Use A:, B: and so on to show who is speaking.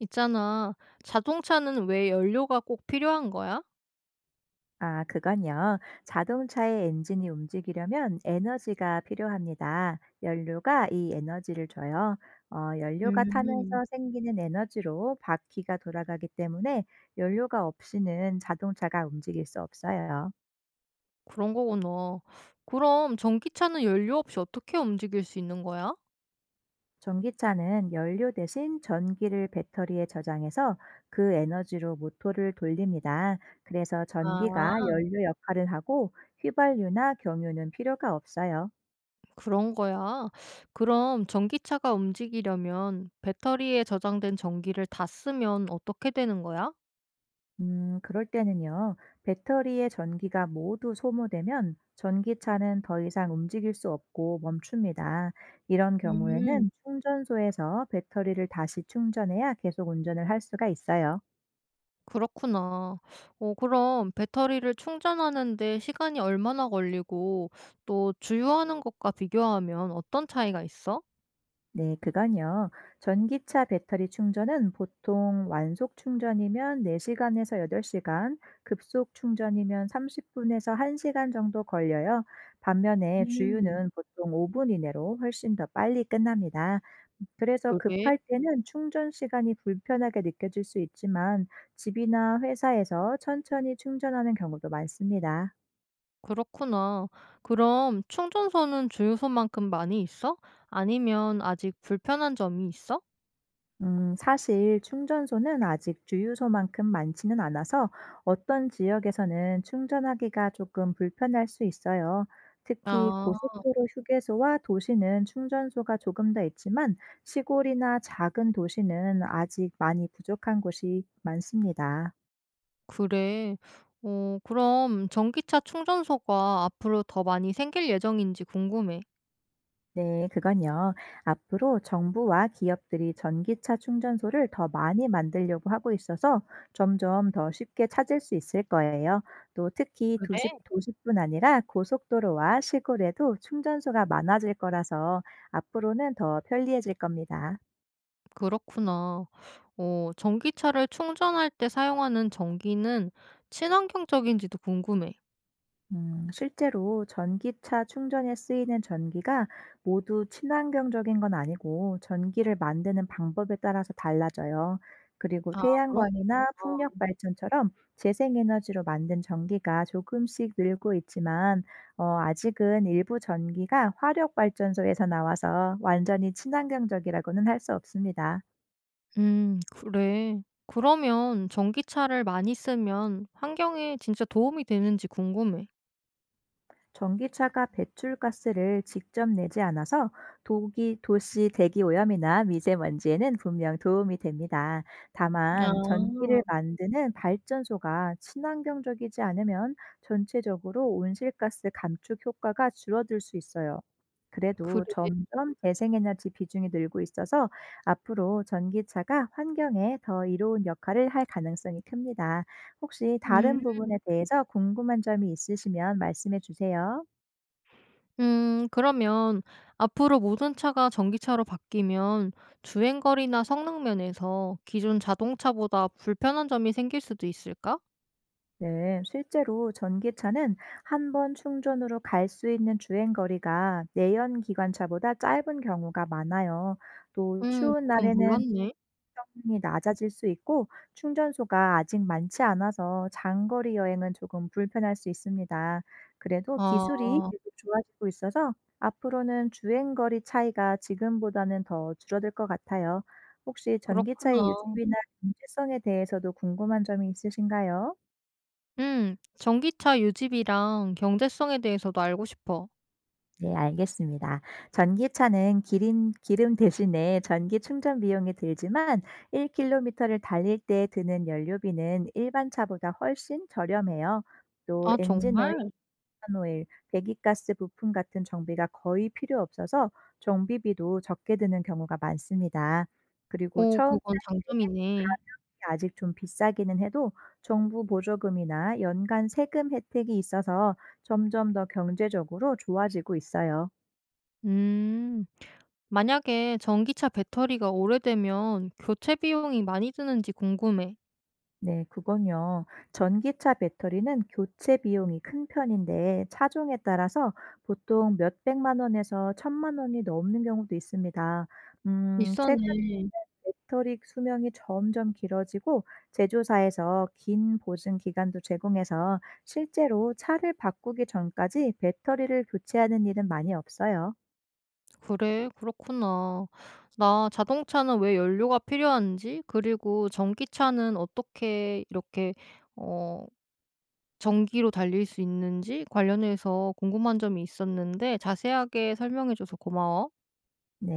A: 있잖아. 자동차는 왜 연료가 꼭 필요한 거야?
B: 아, 그건요. 자동차의 엔진이 움직이려면 에너지가 필요합니다. 연료가 이 에너지를 줘요. 연료가
A: 음,
B: 타면서 생기는 에너지로 바퀴가 돌아가기 때문에 연료가 없이는 자동차가 움직일 수 없어요.
A: 그런 거구나. 그럼 전기차는 연료 없이 어떻게 움직일 수 있는 거야?
B: 전기차는 연료 대신 전기를 배터리에 저장해서 그 에너지로 모터를 돌립니다. 그래서
A: 아,
B: 전기가 연료 역할을 하고 휘발유나 경유는 필요가 없어요.
A: 그런 거야. 그럼 전기차가 움직이려면 배터리에 저장된 전기를 다 쓰면 어떻게 되는 거야?
B: 그럴 때는요, 배터리의 전기가 모두 소모되면 전기차는 더 이상 움직일 수 없고 멈춥니다. 이런
A: 음,
B: 경우에는 충전소에서 배터리를 다시 충전해야 계속 운전을 할 수가 있어요.
A: 그렇구나. 그럼 배터리를 충전하는데 시간이 얼마나 걸리고 또 주유하는 것과 비교하면 어떤 차이가 있어?
B: 네, 그건요. 전기차 배터리 충전은 보통 완속 충전이면 4시간에서 8시간, 급속 충전이면 30분에서 1시간 정도 걸려요. 반면에
A: 음.
B: 주유는 보통 5분 이내로 훨씬 더 빨리 끝납니다. 그래서
A: 그래.
B: 급할 때는 충전 시간이 불편하게 느껴질 수 있지만 집이나 회사에서 천천히 충전하는 경우도 많습니다.
A: 그렇구나. 그럼 충전소는 주유소만큼 많이 있어? 아니면 아직 불편한 점이 있어?
B: 사실 충전소는 아직 주유소만큼 많지는 않아서 어떤 지역에서는 충전하기가 조금 불편할 수 있어요. 특히
A: 아,
B: 고속도로 휴게소와 도시는 충전소가 조금 더 있지만 시골이나 작은 도시는 아직 많이 부족한 곳이 많습니다.
A: 그래. 그럼 전기차 충전소가 앞으로 더 많이 생길 예정인지 궁금해.
B: 네, 그건요. 앞으로 정부와 기업들이 전기차 충전소를 더 많이 만들려고 하고 있어서 점점 더 쉽게 찾을 수 있을 거예요. 또 특히
A: 그래?
B: 도시뿐 아니라 고속도로와 시골에도 충전소가 많아질 거라서 앞으로는 더 편리해질 겁니다.
A: 그렇구나. 전기차를 충전할 때 사용하는 전기는 친환경적인지도 궁금해.
B: 실제로 전기차 충전에 쓰이는 전기가 모두 친환경적인 건 아니고 전기를 만드는 방법에 따라서 달라져요. 그리고
A: 아, 그런구나.
B: 태양광이나 풍력 발전처럼 재생에너지로 만든 전기가 조금씩 늘고 있지만, 아직은 일부 전기가 화력 발전소에서 나와서 완전히 친환경적이라고는 할 수 없습니다.
A: 그래. 그러면 전기차를 많이 쓰면 환경에 진짜 도움이 되는지 궁금해.
B: 전기차가 배출가스를 직접 내지 않아서 도시 대기 오염이나 미세먼지에는 분명 도움이 됩니다.
A: 아,
B: 다만 전기를 만드는 발전소가 친환경적이지 않으면 전체적으로 온실가스 감축 효과가 줄어들 수 있어요.
A: 그래.
B: 그래도 점점 재생에너지 비중이 늘고 있어서 앞으로 전기차가 환경에 더 이로운 역할을 할 가능성이 큽니다. 혹시 다른
A: 음.
B: 부분에 대해서 궁금한 점이 있으시면 말씀해 주세요.
A: 음, 그러면 앞으로 모든 차가 전기차로 바뀌면 주행 거리나 성능 면에서 기존 자동차보다 불편한 점이 생길 수도 있을까?
B: 네, 실제로 전기차는 한번 충전으로 갈 수 있는 주행 거리가 내연 기관차보다 짧은 경우가 많아요. 또
A: 음,
B: 추운
A: 그건
B: 날에는
A: 몰랐네.
B: 성능이 낮아질 수 있고 충전소가 아직 많지 않아서 장거리 여행은 조금 불편할 수 있습니다. 그래도 기술이
A: 아,
B: 계속 좋아지고 있어서 앞으로는 주행 거리 차이가 지금보다는 더 줄어들 것 같아요. 혹시 전기차의
A: 그렇구나.
B: 유지비나 경제성에 대해서도 궁금한 점이 있으신가요?
A: 음, 전기차 유지비랑 경제성에 대해서도 알고 싶어.
B: 네, 알겠습니다. 전기차는 기름 대신에 전기 충전 비용이 들지만 1 킬로미터를 달릴 때 드는 연료비는 일반 차보다 훨씬 저렴해요. 또
A: 아,
B: 엔진 오일,
A: 정말?
B: 오일, 배기가스 부품 같은 정비가 거의 필요 없어서 정비비도 적게 드는 경우가 많습니다. 그리고
A: 오,
B: 처음
A: 그건 장점이네.
B: 가격이 아직 좀 비싸기는 해도 정부 보조금이나 연간 세금 혜택이 있어서 점점 더 경제적으로 좋아지고 있어요.
A: 음. 만약에 전기차 배터리가 오래되면 교체 비용이 많이 드는지 궁금해.
B: 네, 그건요. 전기차 배터리는 교체 비용이 큰 편인데 차종에 따라서 보통 몇백만 원에서 천만 원이 넘는 경우도 있습니다. 최근에
A: 비싸네.
B: 배터리 수명이 점점 길어지고 제조사에서 긴 보증 기간도 제공해서 실제로 차를 바꾸기 전까지 배터리를 교체하는 일은 많이 없어요.
A: 그래? 그렇구나. 나 자동차는 왜 연료가 필요한지, 그리고 전기차는 어떻게 이렇게 어 전기로 달릴 수 있는지 관련해서 궁금한 점이 있었는데 자세하게 설명해 줘서 고마워.
B: 네.